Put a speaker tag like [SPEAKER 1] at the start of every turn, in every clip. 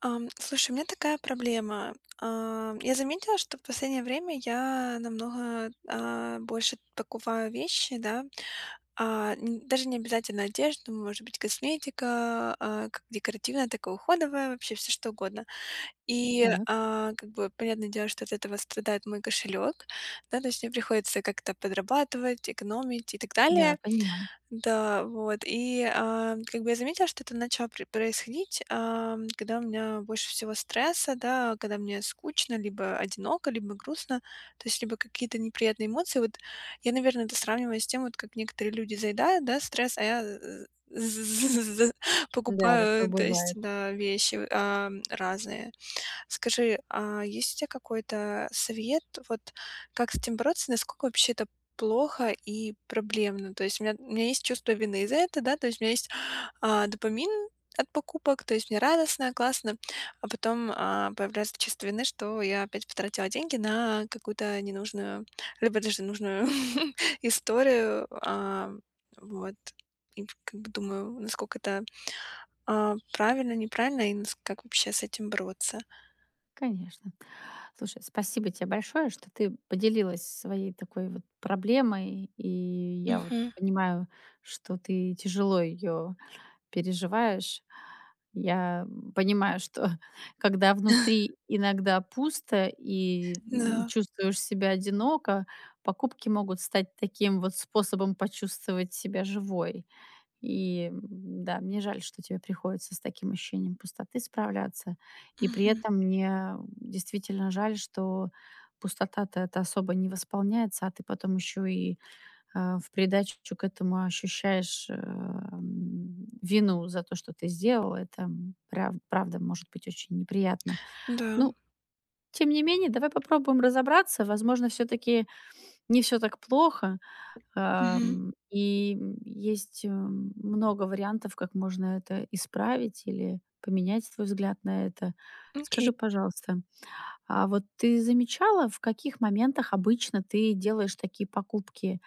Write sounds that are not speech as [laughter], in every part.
[SPEAKER 1] Слушай, у меня такая проблема. Я заметила, что в последнее время я намного, больше покупаю вещи, да. А, н даже не обязательно одежду, может быть, косметика, как декоративная, так и уходовая, вообще все что угодно. И,
[SPEAKER 2] Так,
[SPEAKER 1] как бы, понятное дело, что от этого страдает мой кошелек, да, то есть мне приходится как-то подрабатывать, экономить и так
[SPEAKER 2] да,
[SPEAKER 1] далее.
[SPEAKER 2] понимаю.
[SPEAKER 1] Да, вот. И, как бы я заметила, что это начало происходить, когда у меня больше всего стресса, да, когда мне скучно, либо одиноко, либо грустно, то есть либо какие-то неприятные эмоции. Вот я, наверное, это сравниваю с тем, вот как некоторые люди заедают, да, стресс, а я з- [laughs]
[SPEAKER 2] Да, такое
[SPEAKER 1] покупаю, то есть,
[SPEAKER 2] бывает,
[SPEAKER 1] да, вещи разные. Скажи, а есть у тебя какой-то совет, вот как с этим бороться, насколько вообще это плохо и проблемно? То есть у меня есть чувство вины из за этого, да, то есть у меня есть допамин от покупок, то есть мне радостно, классно, а потом появляется чувство вины, что я опять потратила деньги на какую-то ненужную, либо даже нужную [laughs] историю, вот. И как бы думаю, насколько это правильно, неправильно, и как вообще с этим бороться.
[SPEAKER 2] конечно. Слушай, спасибо тебе большое, что ты поделилась своей такой вот проблемой, и я вот
[SPEAKER 1] Мгм.
[SPEAKER 2] понимаю, что ты тяжело ее переживаешь. Я понимаю, что [laughs] когда
[SPEAKER 1] [laughs]
[SPEAKER 2] внутри иногда пусто и
[SPEAKER 1] Да.
[SPEAKER 2] чувствуешь себя одиноко, покупки могут стать таким вот способом почувствовать себя живой. И, м, да, мне жаль, что тебе приходится с таким ощущением пустоты справляться. И при
[SPEAKER 1] Мгм.
[SPEAKER 2] этом мне действительно жаль, что пустота-то это особо не восполняется, а ты потом еще и в придачу к этому ощущаешь вину за то, что ты сделал. Это правда может быть очень неприятно.
[SPEAKER 1] Да.
[SPEAKER 2] Ну, тем не менее, давай попробуем разобраться. Возможно, все-таки не все так плохо.
[SPEAKER 1] Мгм.
[SPEAKER 2] Ам, и, Есть, много вариантов, как можно это исправить или поменять свой взгляд на это.
[SPEAKER 1] Окей.
[SPEAKER 2] Скажи, пожалуйста, а вот ты замечала, в каких моментах обычно ты делаешь такие покупки?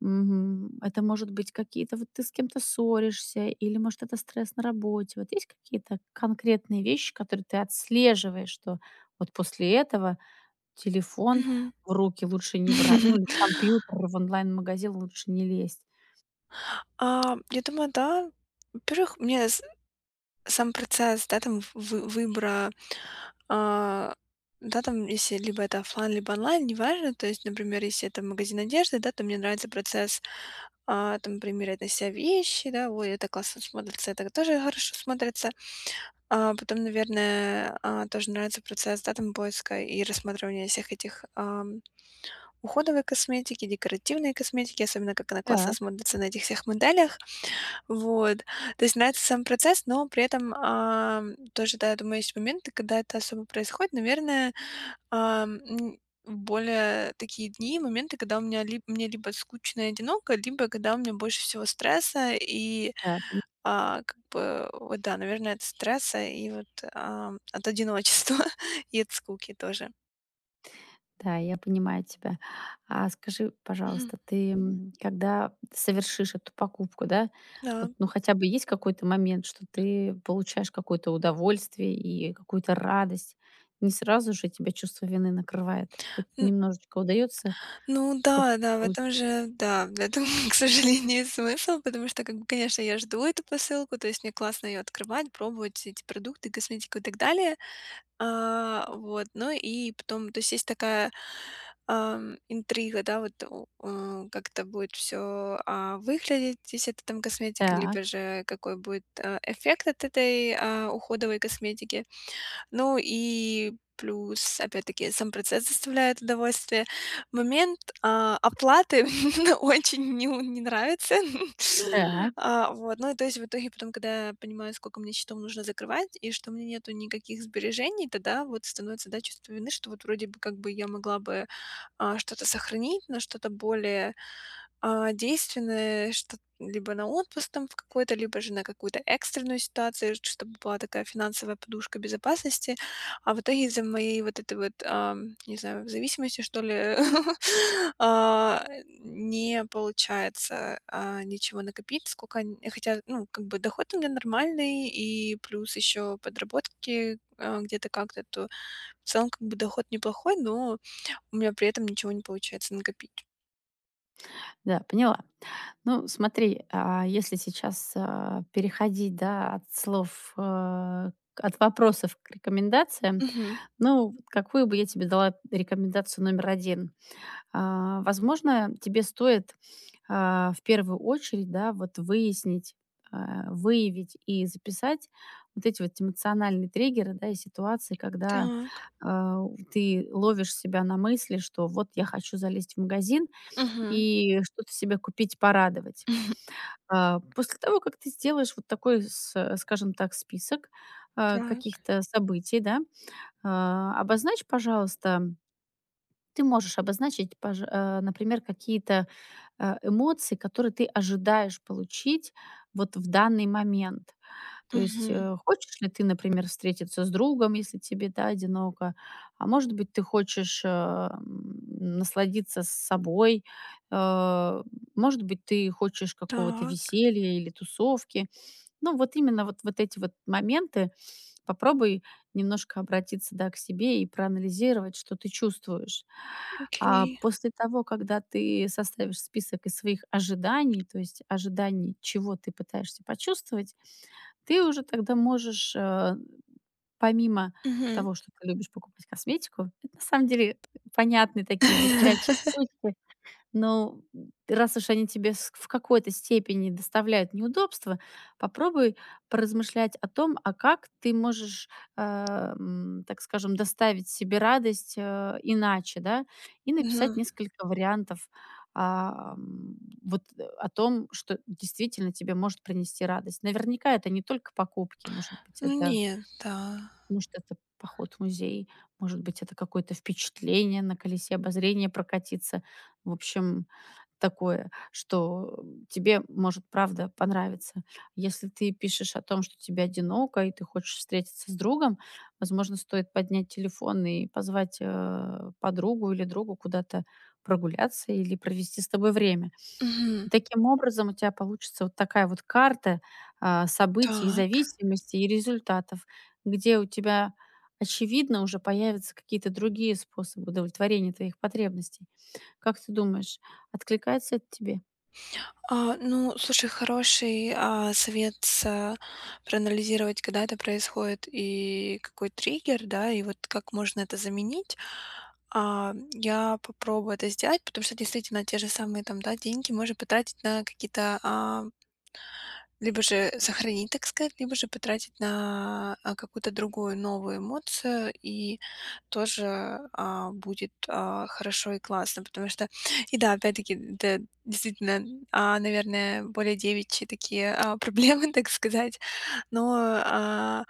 [SPEAKER 2] Мгм. Это, может быть, какие-то вот ты с кем-то ссоришься, или, может, это стресс на работе. Вот есть какие-то конкретные вещи, которые ты отслеживаешь, что вот после этого телефон
[SPEAKER 1] Мгм.
[SPEAKER 2] в руки лучше не брать, ну, или
[SPEAKER 1] [laughs]
[SPEAKER 2] компьютер, в онлайн-магазин лучше не лезть.
[SPEAKER 1] Я думаю, да. Во-первых, мне с сам процесс, да, там вы выбора, а, да, там, если либо это оффлайн, либо онлайн, неважно. То есть, например, если это магазин одежды, да, то мне нравится процесс, там примерять на себя вещи, да. Ой, это классно смотрится, это тоже хорошо смотрится. А потом, наверное, тоже нравится процесс, да, там поиска и рассматривания всех этих, уходовой косметики, декоративной косметики, особенно как она классно
[SPEAKER 2] Так,
[SPEAKER 1] смотрится на этих всех моделях. Вот. То есть нравится сам процесс, но при этом, тоже, да, я думаю, есть моменты, когда это особо происходит. Наверное, ам, м, в более такие дни, моменты, когда у меня либ мне либо скучно и одиноко, либо когда у меня больше всего стресса и,
[SPEAKER 2] да, пони
[SPEAKER 1] как бы, вот да, наверное, от стресса и вот, от одиночества [laughs] и от скуки тоже.
[SPEAKER 2] да, я понимаю тебя. А скажи,
[SPEAKER 1] Мгм.
[SPEAKER 2] пожалуйста, ты когда совершишь эту покупку, да, вот,
[SPEAKER 1] Да.
[SPEAKER 2] ну, хотя бы есть какой-то момент, что ты получаешь какое-то удовольствие и какую-то радость? Не сразу же тебя чувство вины накрывает? Хоть немножечко удается
[SPEAKER 1] Ну
[SPEAKER 2] пок
[SPEAKER 1] да, да, в этом
[SPEAKER 2] получить?
[SPEAKER 1] же, да, в этом, [laughs] к сожалению, смысл, потому что, как бы, конечно, я жду эту посылку, то есть мне классно ее открывать, пробовать эти продукты, косметику и так далее. Вот, ну и потом, то есть есть такая интрига, да, вот как это будет все выглядеть, если это там косметика,
[SPEAKER 2] Так,
[SPEAKER 1] либо же какой будет эффект от этой уходовой косметики. Ну и плюс, опять-таки, сам процесс доставляет удовольствие. Момент, оплаты [laughs] мне очень не нравится. [laughs]
[SPEAKER 2] так,
[SPEAKER 1] Вот, ну и то есть в итоге потом, когда я понимаю, сколько мне счетов нужно закрывать и что у меня нету никаких сбережений, тогда вот становится, да, чувство вины, что вот вроде бы как бы я могла бы, что-то сохранить на что-то более, действенное, что либо на отпуск там в какой-то, либо же на какую-то экстренную ситуацию, чтобы была такая финансовая подушка безопасности. А в итоге из-за моей вот этой вот, не знаю, зависимости, что ли, [laughs] а, не получается, ничего накопить, сколько н хотя, ну, как бы доход у меня нормальный, и плюс еще подработки, где-то как-то, то в целом как бы доход неплохой, но у меня при этом ничего не получается накопить.
[SPEAKER 2] да, поняла. Ну, смотри, если сейчас, переходить, да, от вопросов к рекомендациям,
[SPEAKER 1] Мгм.
[SPEAKER 2] ну, вот какую бы я тебе дала рекомендацию номер один. Возможно, тебе стоит, в первую очередь, да, вот выяснить, выявить и записать вот эти вот эмоциональные триггеры, да, и ситуации, когда,
[SPEAKER 1] Так.
[SPEAKER 2] а, ты ловишь себя на мысли, что вот я хочу залезть в магазин
[SPEAKER 1] Мгм.
[SPEAKER 2] и что-то себе купить, порадовать.
[SPEAKER 1] [laughs]
[SPEAKER 2] После того, как ты сделаешь вот такой, скажем так, список,
[SPEAKER 1] Так.
[SPEAKER 2] каких-то событий, да, обозначь, пожалуйста, ты можешь обозначить, например, какие-то эмоции, которые ты ожидаешь получить вот в данный момент. То есть,
[SPEAKER 1] Мгм.
[SPEAKER 2] хочешь ли ты, например, встретиться с другом, если тебе, да, одиноко, а может быть, ты хочешь, насладиться с собой, э, может быть, ты хочешь какого-то
[SPEAKER 1] Так,
[SPEAKER 2] веселья или тусовки. Ну, вот именно вот эти вот моменты. Попробуй немножко обратиться, да, к себе и проанализировать, что ты чувствуешь. А
[SPEAKER 1] окей.
[SPEAKER 2] после того, когда ты составишь список из своих ожиданий, то есть ожиданий, чего ты пытаешься почувствовать, ты уже тогда можешь, помимо
[SPEAKER 1] Мгм.
[SPEAKER 2] того, что ты любишь покупать косметику, это на самом деле понятные такие девчачьи
[SPEAKER 1] [laughs]
[SPEAKER 2] штучки, но, раз уж они тебе с в какой-то степени доставляют неудобства, попробуй поразмышлять о том, а как ты можешь, так скажем, доставить себе радость, иначе, да, и написать
[SPEAKER 1] Мгм.
[SPEAKER 2] несколько вариантов, ам, о том, что действительно тебе может принести радость. Наверняка это не только покупки, может быть,
[SPEAKER 1] Ну
[SPEAKER 2] это
[SPEAKER 1] нет, да.
[SPEAKER 2] потому что это поход в музей, может быть, это какое-то впечатление на колесе обозрения прокатиться. В общем, такое, что тебе может правда понравиться. Если ты пишешь о том, что тебе одиноко и ты хочешь встретиться с другом, возможно, стоит поднять телефон и позвать подругу или другу куда-то прогуляться или провести с тобой время.
[SPEAKER 1] Мгм.
[SPEAKER 2] И таким образом у тебя получится вот такая вот карта, событий,
[SPEAKER 1] Так.
[SPEAKER 2] зависимостей и результатов, где у тебя, очевидно, уже появятся какие-то другие способы удовлетворения твоих потребностей. Как ты думаешь, откликается это тебе?
[SPEAKER 1] Ну, слушай, хороший, совет проанализировать, когда это происходит и какой триггер, да, и вот как можно это заменить. Я попробую это сделать, потому что действительно те же самые там, да, деньги можно потратить на какие-то, либо же сохранить, так сказать, либо же потратить на, какую-то другую новую эмоцию, и тоже, будет, хорошо и классно. Потому что и да, опять-таки, это действительно, наверное, более девичьи такие, [laughs] проблемы, так сказать. Но, а,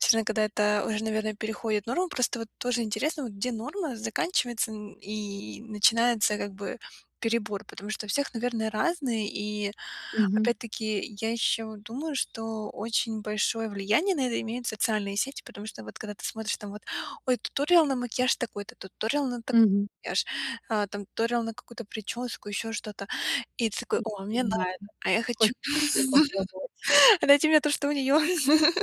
[SPEAKER 1] действительно, когда это уже, наверное, переходит норму, просто вот тоже интересно, вот где норма заканчивается, н и начинается как бы перебор, потому что у всех, наверное, разные. И
[SPEAKER 2] Мгм.
[SPEAKER 1] опять-таки я еще думаю, что очень большое влияние на это имеют социальные сети, потому что вот когда ты смотришь там вот: "Ой, туториал на макияж такой-то, туториал на такой
[SPEAKER 2] Мгм.
[SPEAKER 1] макияж, там туториал на какую-то прическу, еще что-то. И ты такой: "О, а мне надо,
[SPEAKER 2] Понимаю,
[SPEAKER 1] а я хочу,
[SPEAKER 2] хочется всё
[SPEAKER 1] [laughs]
[SPEAKER 2] попробовать.
[SPEAKER 1] а дайте мне то, что у нее. [laughs]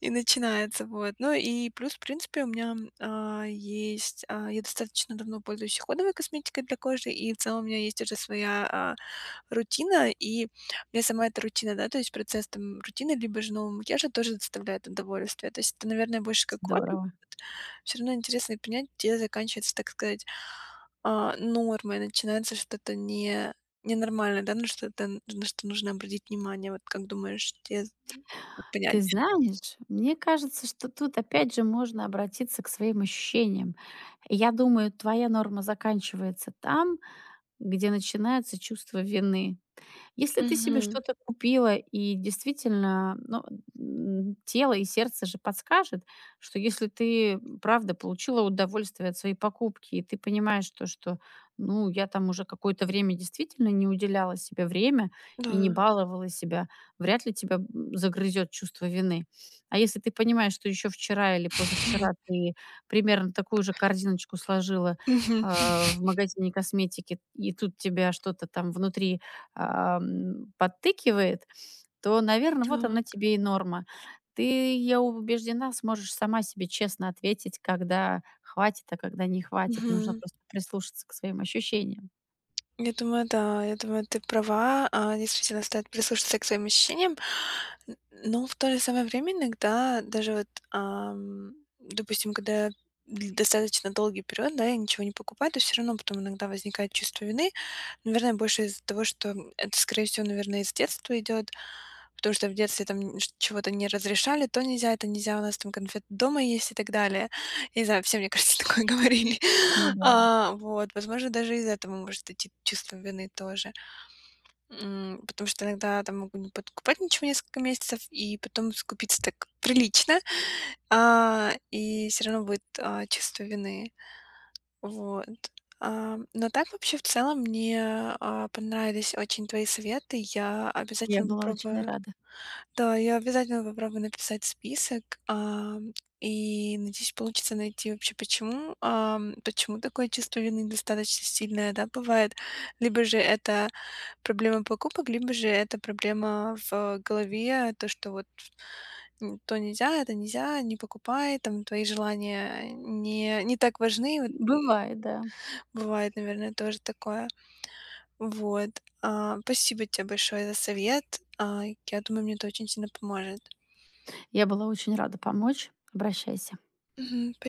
[SPEAKER 1] И начинается, вот. Ну и плюс, в принципе, у меня, а, есть, а, я достаточно давно пользуюсь уходовой косметикой для кожи, и в целом у меня есть уже своя, рутина, и мне сама эта рутина, да, то есть процесс там рутины либо же нового макияжа тоже доставляет удовольствие. То есть это, наверное, больше как хобби.
[SPEAKER 2] Здорово.
[SPEAKER 1] Все равно интересно понять, где заканчивается, так сказать, норма, и начинается что-то не ненормальное, да, на что-то на что нужно обратить внимание. Вот как думаешь, где вот
[SPEAKER 2] Ты
[SPEAKER 1] понять?
[SPEAKER 2] знаешь, мне кажется, что тут опять же можно обратиться к своим ощущениям. Я думаю, твоя норма заканчивается там, где начинается чувство вины. Если ты себе
[SPEAKER 1] Мгм.
[SPEAKER 2] что-то купила и действительно, ну, тело и сердце же подскажет, что если ты, правда получила удовольствие от своей покупки, и ты понимаешь то, что, ну, я там уже какое-то время действительно не уделяла себе время
[SPEAKER 1] Да.
[SPEAKER 2] и не баловала себя, вряд ли тебя загрызет чувство вины. А если ты понимаешь, что еще вчера или позавчера
[SPEAKER 1] [laughs]
[SPEAKER 2] ты примерно такую же корзиночку сложила,
[SPEAKER 1] Мгм.
[SPEAKER 2] в магазине косметики, и тут тебя что-то там внутри подтыкивает, то, наверное, вот она
[SPEAKER 1] Так.
[SPEAKER 2] тебе и норма. Ты, я убеждена, сможешь сама себе честно ответить, когда хватит, а когда не хватит. Нужно
[SPEAKER 1] Мгм.
[SPEAKER 2] просто прислушаться к своим ощущениям.
[SPEAKER 1] Я думаю, да, я думаю, ты права. Действительно, стоит прислушаться к своим ощущениям. Н- Но в то же самое время иногда даже вот, допустим, когда достаточно долгий период, да, я ничего не покупаю, то все равно потом иногда возникает чувство вины. Наверное, больше из-за того, что это, скорее всего, наверное, из детства идет, потому что в детстве там чего-то не разрешали, то нельзя, это нельзя, у нас там конфет дома есть и так далее. Я не знаю, все, мне кажется, [laughs] такое говорили.
[SPEAKER 2] Да.
[SPEAKER 1] Вот, возможно, даже из этого может идти чувство вины тоже. Потому что иногда там могу не подкупать ничего несколько месяцев и потом скупиться так прилично, и все равно будет, чувство вины. Вот. Но так вообще в целом мне, понравились очень твои советы. Я
[SPEAKER 2] Я
[SPEAKER 1] обязательно
[SPEAKER 2] была очень
[SPEAKER 1] попробую
[SPEAKER 2] рада.
[SPEAKER 1] да, я обязательно попробую написать список, и надеюсь, получится найти вообще, почему, почему такое чувство вины достаточно сильное, да, бывает. Либо же это проблема покупок, либо же это проблема в голове, то, что вот то нельзя, это нельзя, не покупай, там твои желания не так важны. Вот,
[SPEAKER 2] Бывает, да.
[SPEAKER 1] бывает, наверное, тоже такое. Вот. Спасибо тебе большое за совет. А, я думаю, мне это очень сильно поможет.
[SPEAKER 2] Я была очень рада помочь. Обращайся.
[SPEAKER 1] Мгм.